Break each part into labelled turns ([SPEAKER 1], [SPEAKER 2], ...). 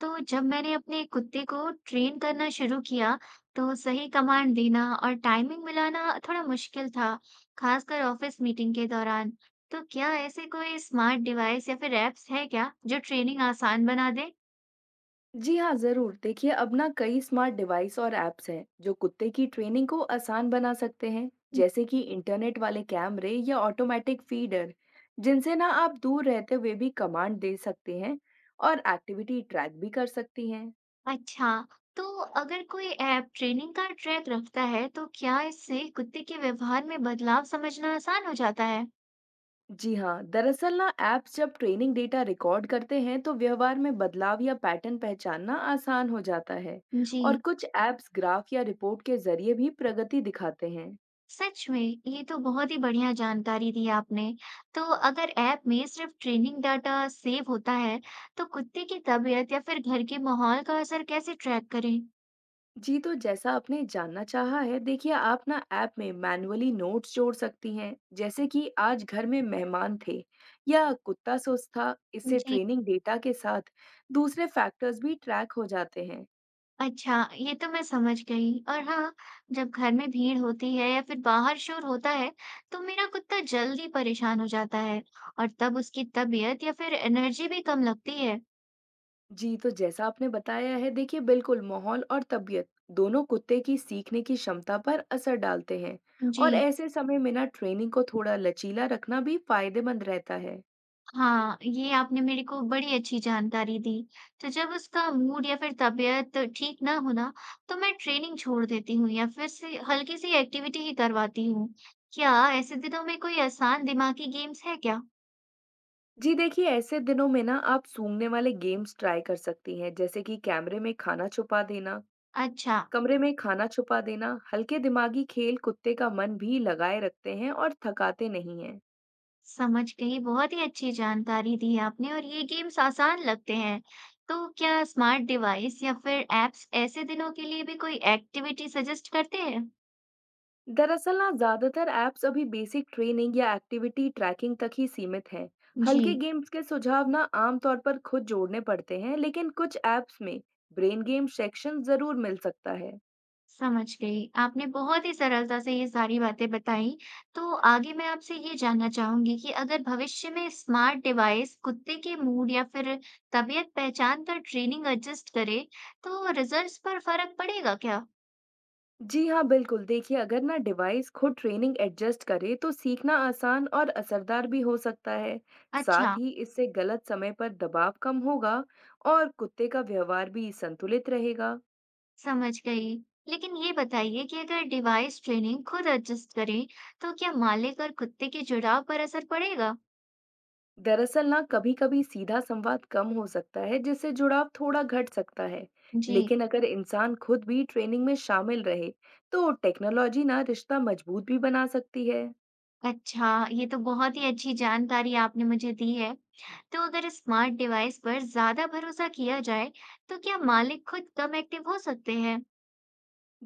[SPEAKER 1] तो जब मैंने अपने कुत्ते को ट्रेन करना शुरू किया, तो सही कमांड देना और टाइमिंग मिलाना थोड़ा मुश्किल था, खासकर ऑफिस मीटिंग के दौरान। तो क्या ऐसे कोई स्मार्ट डिवाइस या फिर ऐप्स है क्या जो ट्रेनिंग आसान बना दे?
[SPEAKER 2] जी हाँ, ज़रूर। देखिए, अब ना कई स्मार्ट डिवाइस और ऐप्स हैं, जो कुत्ते की ट्रेनिंग को आसान बना सकते हैं, जैसे कि इंटरनेट वाले कैमरे या ऑटोमेटिक फीडर, जिनसे ना आप दूर रहते हुए भी कमांड दे सकते हैं और एक्टिविटी ट्रैक भी कर सकती हैं।
[SPEAKER 1] अच्छा, तो अगर कोई ऐप ट्रेनिंग का ट्रैक रखता है, तो क्या इससे कुत्ते के व्यवहार में बदलाव समझना आसान हो जाता है?
[SPEAKER 2] जी हाँ, दरअसल ना ऐप्स जब ट्रेनिंग डेटा रिकॉर्ड करते हैं, तो व्यवहार में बदलाव या पैटर्न पहचानना आसान हो जाता है
[SPEAKER 1] जी।
[SPEAKER 2] और कुछ ऐप्स ग्राफ या रिपोर्ट के जरिए भी प्रगति दिखाते हैं।
[SPEAKER 1] सच में, ये तो बहुत ही बढ़िया जानकारी दी आपने। तो अगर ऐप में सिर्फ ट्रेनिंग डाटा सेव होता है, तो कुत्ते की तबीयत या फिर घर के माहौल का असर कैसे ट्रैक करें?
[SPEAKER 2] जी, तो जैसा आपने जानना चाहा है, देखिए आप ना ऐप में मैन्युअली नोट्स जोड़ सकती हैं, जैसे कि आज घर में मेहमान थे या कुत्ता सुस्त था। इससे
[SPEAKER 1] जी।
[SPEAKER 2] ट्रेनिंग डेटा के साथ दूसरे फैक्टर्स भी ट्रैक हो जाते हैं।
[SPEAKER 1] अच्छा, ये तो मैं समझ गई। और हाँ, जब घर में भीड़ होती है या फिर बाहर शोर होता है, तो मेरा कुत्ता जल्दी परेशान हो जाता है और तब उसकी तबीयत या फिर एनर्जी भी कम लगती है।
[SPEAKER 2] जी, तो जैसा आपने बताया है, देखिए बिल्कुल माहौल और तबीयत दोनों कुत्ते की सीखने की क्षमता पर असर डालते हैं, और
[SPEAKER 1] जी,
[SPEAKER 2] ऐसे समय में ना ट्रेनिंग को थोड़ा लचीला रखना भी फायदेमंद रहता है।
[SPEAKER 1] हाँ, ये आपने मेरे को बड़ी अच्छी जानकारी दी। तो जब उसका मूड या फिर तबीयत ठीक ना हो ना, तो मैं ट्रेनिंग छोड़ देती हूँ या फिर से हल्की सी एक्टिविटी ही करवाती हूँ। क्या ऐसे दिनों में कोई आसान दिमागी गेम्स है क्या?
[SPEAKER 2] जी देखिए, ऐसे दिनों में ना आप सूंघने वाले गेम्स ट्राई कर सकती हैं, जैसे कि कैमरे में खाना छुपा देना,
[SPEAKER 1] अच्छा,
[SPEAKER 2] कमरे में खाना छुपा देना। हल्के दिमागी खेल कुत्ते का मन भी लगाए रखते हैं और थकाते नहीं हैं।
[SPEAKER 1] समझ गई। बहुत ही अच्छी जानकारी दी आपने और ये गेम्स आसान लगते हैं। तो क्या स्मार्ट डिवाइस या फिर एप्स ऐसे दिनों के लिए भी कोई एक्टिविटी सजेस्ट करते हैं?
[SPEAKER 2] दरअसल ना ज्यादातर ऐप्स अभी बेसिक ट्रेनिंग या एक्टिविटी ट्रैकिंग तक ही सीमित हैं।
[SPEAKER 1] जी।
[SPEAKER 2] हल्के गेम्स के सुझाव ना आमतौर पर खुद जोड़ने पड़ते हैं, लेकिन कुछ ऐप्स में ब्रेन गेम सेक्शन जरूर मिल सकता है।
[SPEAKER 1] समझ गई। आपने बहुत ही सरलता से ये सारी बातें बताई। तो आगे मैं आपसे ये जानना चाहूँगी कि अगर भविष्य में स्मार्ट डिवाइस कुत्ते के मूड या फिर तबीयत पहचान कर ट्रेनिंग एडजस्ट करे, तो रिजल्ट्स पर फ़र्क पड़ेगा क्या?
[SPEAKER 2] जी हाँ, बिल्कुल। देखिए, अगर ना डिवाइस खुद ट्रेनिंग एडजस्ट करे, तो सीखना आसान और असरदार भी हो सकता है। साथ
[SPEAKER 1] अच्छा,
[SPEAKER 2] ही इससे गलत समय पर दबाव कम होगा और कुत्ते का व्यवहार भी संतुलित रहेगा।
[SPEAKER 1] समझ गई। लेकिन ये बताइए कि अगर डिवाइस ट्रेनिंग खुद एडजस्ट करे, तो क्या मालिक और कुत्ते के जुड़ाव पर असर पड़ेगा?
[SPEAKER 2] दरअसल ना कभी कभी सीधा संवाद कम हो सकता है, जिससे जुड़ाव थोड़ा घट सकता है।
[SPEAKER 1] जी।
[SPEAKER 2] लेकिन अगर इंसान खुद भी ट्रेनिंग में शामिल रहे, तो टेक्नोलॉजी ना रिश्ता मजबूत भी बना सकती है।
[SPEAKER 1] अच्छा, ये तो बहुत ही अच्छी जानकारी आपने मुझे दी है। तो अगर स्मार्ट डिवाइस पर ज्यादा भरोसा किया जाए तो क्या मालिक खुद कम एक्टिव हो सकते हैं?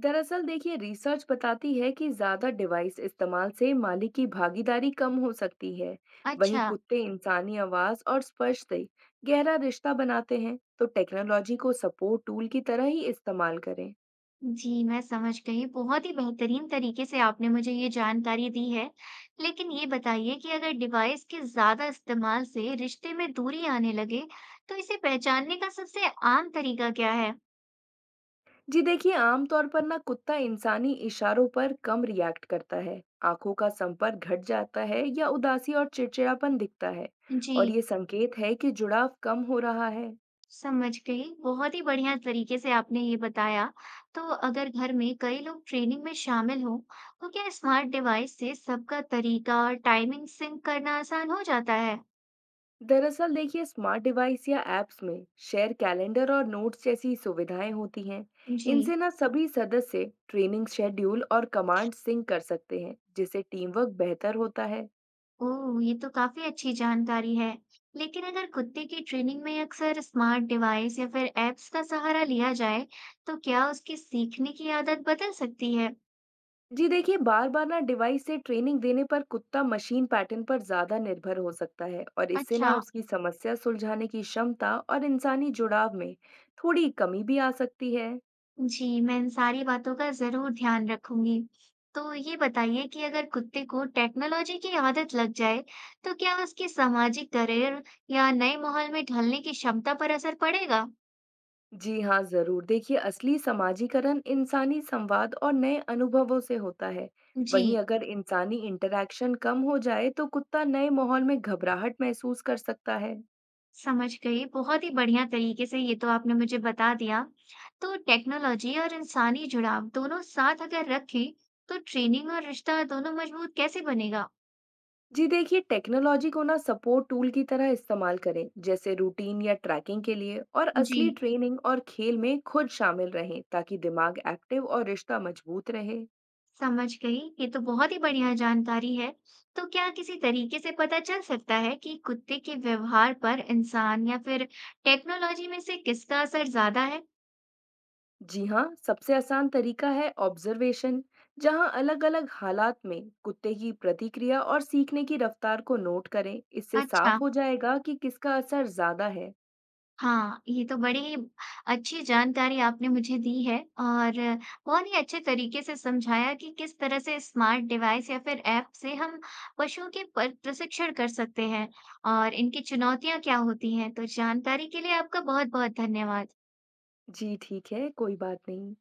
[SPEAKER 2] दरअसल देखिए, रिसर्च बताती है कि ज्यादा डिवाइस इस्तेमाल से माली की भागीदारी कम हो सकती है। वहीं
[SPEAKER 1] अच्छा।
[SPEAKER 2] कुत्ते इंसानी आवाज और स्पर्श से गहरा रिश्ता बनाते हैं, तो टेक्नोलॉजी को सपोर्ट टूल की तरह ही इस्तेमाल करें।
[SPEAKER 1] जी, मैं समझ गई। बहुत ही बेहतरीन तरीके से आपने मुझे ये जानकारी दी है। लेकिन ये बताइए कि अगर डिवाइस के ज्यादा इस्तेमाल से रिश्ते में दूरी आने लगे, तो इसे पहचानने का सबसे आम तरीका क्या है?
[SPEAKER 2] जी देखिए, आमतौर पर ना कुत्ता इंसानी इशारों पर कम रिएक्ट करता है, आंखों का संपर्क घट जाता है या उदासी और चिड़चिड़ापन दिखता है,
[SPEAKER 1] जी।
[SPEAKER 2] और ये संकेत है कि जुड़ाव कम हो रहा है।
[SPEAKER 1] समझ गई, बहुत ही बढ़िया तरीके से आपने ये बताया। तो अगर घर में कई लोग ट्रेनिंग में शामिल हों, तो क्या स्मार्ट डिवाइस से सबका तरीका और टाइमिंग सिंक करना आसान हो जाता है?
[SPEAKER 2] दरअसल देखिए, स्मार्ट डिवाइस या एप्स में शेयर कैलेंडर और नोट्स जैसी सुविधाएं होती हैं।
[SPEAKER 1] जी।
[SPEAKER 2] इनसे ना सभी सदस्य ट्रेनिंग शेड्यूल और कमांड सिंक कर सकते हैं, जिससे टीम वर्क बेहतर होता है।
[SPEAKER 1] ओह, ये तो काफी अच्छी जानकारी है। लेकिन अगर कुत्ते की ट्रेनिंग में अक्सर स्मार्ट डिवाइस या फिर एप्स का सहारा लिया जाए, तो क्या उसकी सीखने की आदत बदल सकती है?
[SPEAKER 2] जी देखिए, बार बार ना डिवाइस से ट्रेनिंग देने पर कुत्ता मशीन पैटर्न पर ज्यादा निर्भर हो सकता है, और इससे
[SPEAKER 1] अच्छा।
[SPEAKER 2] ना उसकी समस्या सुलझाने की क्षमता और इंसानी जुड़ाव में थोड़ी कमी भी आ सकती है।
[SPEAKER 1] जी, मैं इन सारी बातों का ज़रूर ध्यान रखूंगी। तो ये बताइए कि अगर कुत्ते को टेक्नोलॉजी की आदत लग जाए, तो क्या उसकी सामाजिक करियर या नए माहौल में ढलने की क्षमता पर असर पड़ेगा?
[SPEAKER 2] जी हाँ, ज़रूर। देखिए, असली समाजीकरण इंसानी संवाद और नए अनुभवों से होता है। वहीं
[SPEAKER 1] जी,
[SPEAKER 2] अगर इंसानी इंटरैक्शन कम हो जाए, तो कुत्ता नए माहौल में घबराहट महसूस कर सकता है।
[SPEAKER 1] समझ गई। बहुत ही बढ़िया तरीके से ये तो आपने मुझे बता दिया। तो टेक्नोलॉजी और इंसानी जुड़ाव दोनों साथ अगर रखें, तो ट्रेनिंग और रिश्ता दोनों मजबूत कैसे बनेगा?
[SPEAKER 2] जी देखिए, टेक्नोलॉजी को ना सपोर्ट टूल की तरह इस्तेमाल करें, जैसे रूटीन या ट्रैकिंग के लिए, और
[SPEAKER 1] जी।
[SPEAKER 2] असली ट्रेनिंग और खेल में खुद शामिल रहें, ताकि दिमाग एक्टिव और रिश्ता मजबूत रहे।
[SPEAKER 1] समझ गई, ये तो बहुत ही बढ़िया जानकारी है। तो क्या किसी तरीके से पता चल सकता है कि कुत्ते के व्यवहार पर इंसान या फिर टेक्नोलॉजी में से किसका असर ज्यादा है?
[SPEAKER 2] जी हाँ, सबसे आसान तरीका है ऑब्जर्वेशन, जहाँ अलग अलग हालात में कुत्ते की प्रतिक्रिया और सीखने की रफ्तार को नोट करें। इससे
[SPEAKER 1] अच्छा।
[SPEAKER 2] साफ हो जाएगा कि किसका असर ज्यादा है।
[SPEAKER 1] हाँ, ये तो बड़ी ही अच्छी जानकारी आपने मुझे दी है और बहुत ही अच्छे तरीके से समझाया कि किस तरह से स्मार्ट डिवाइस या फिर ऐप से हम पशुओं के प्रशिक्षण कर सकते हैं और इनकी चुनौतियां क्या होती हैं। तो जानकारी के लिए आपका बहुत बहुत धन्यवाद।
[SPEAKER 2] जी ठीक है, कोई बात नहीं।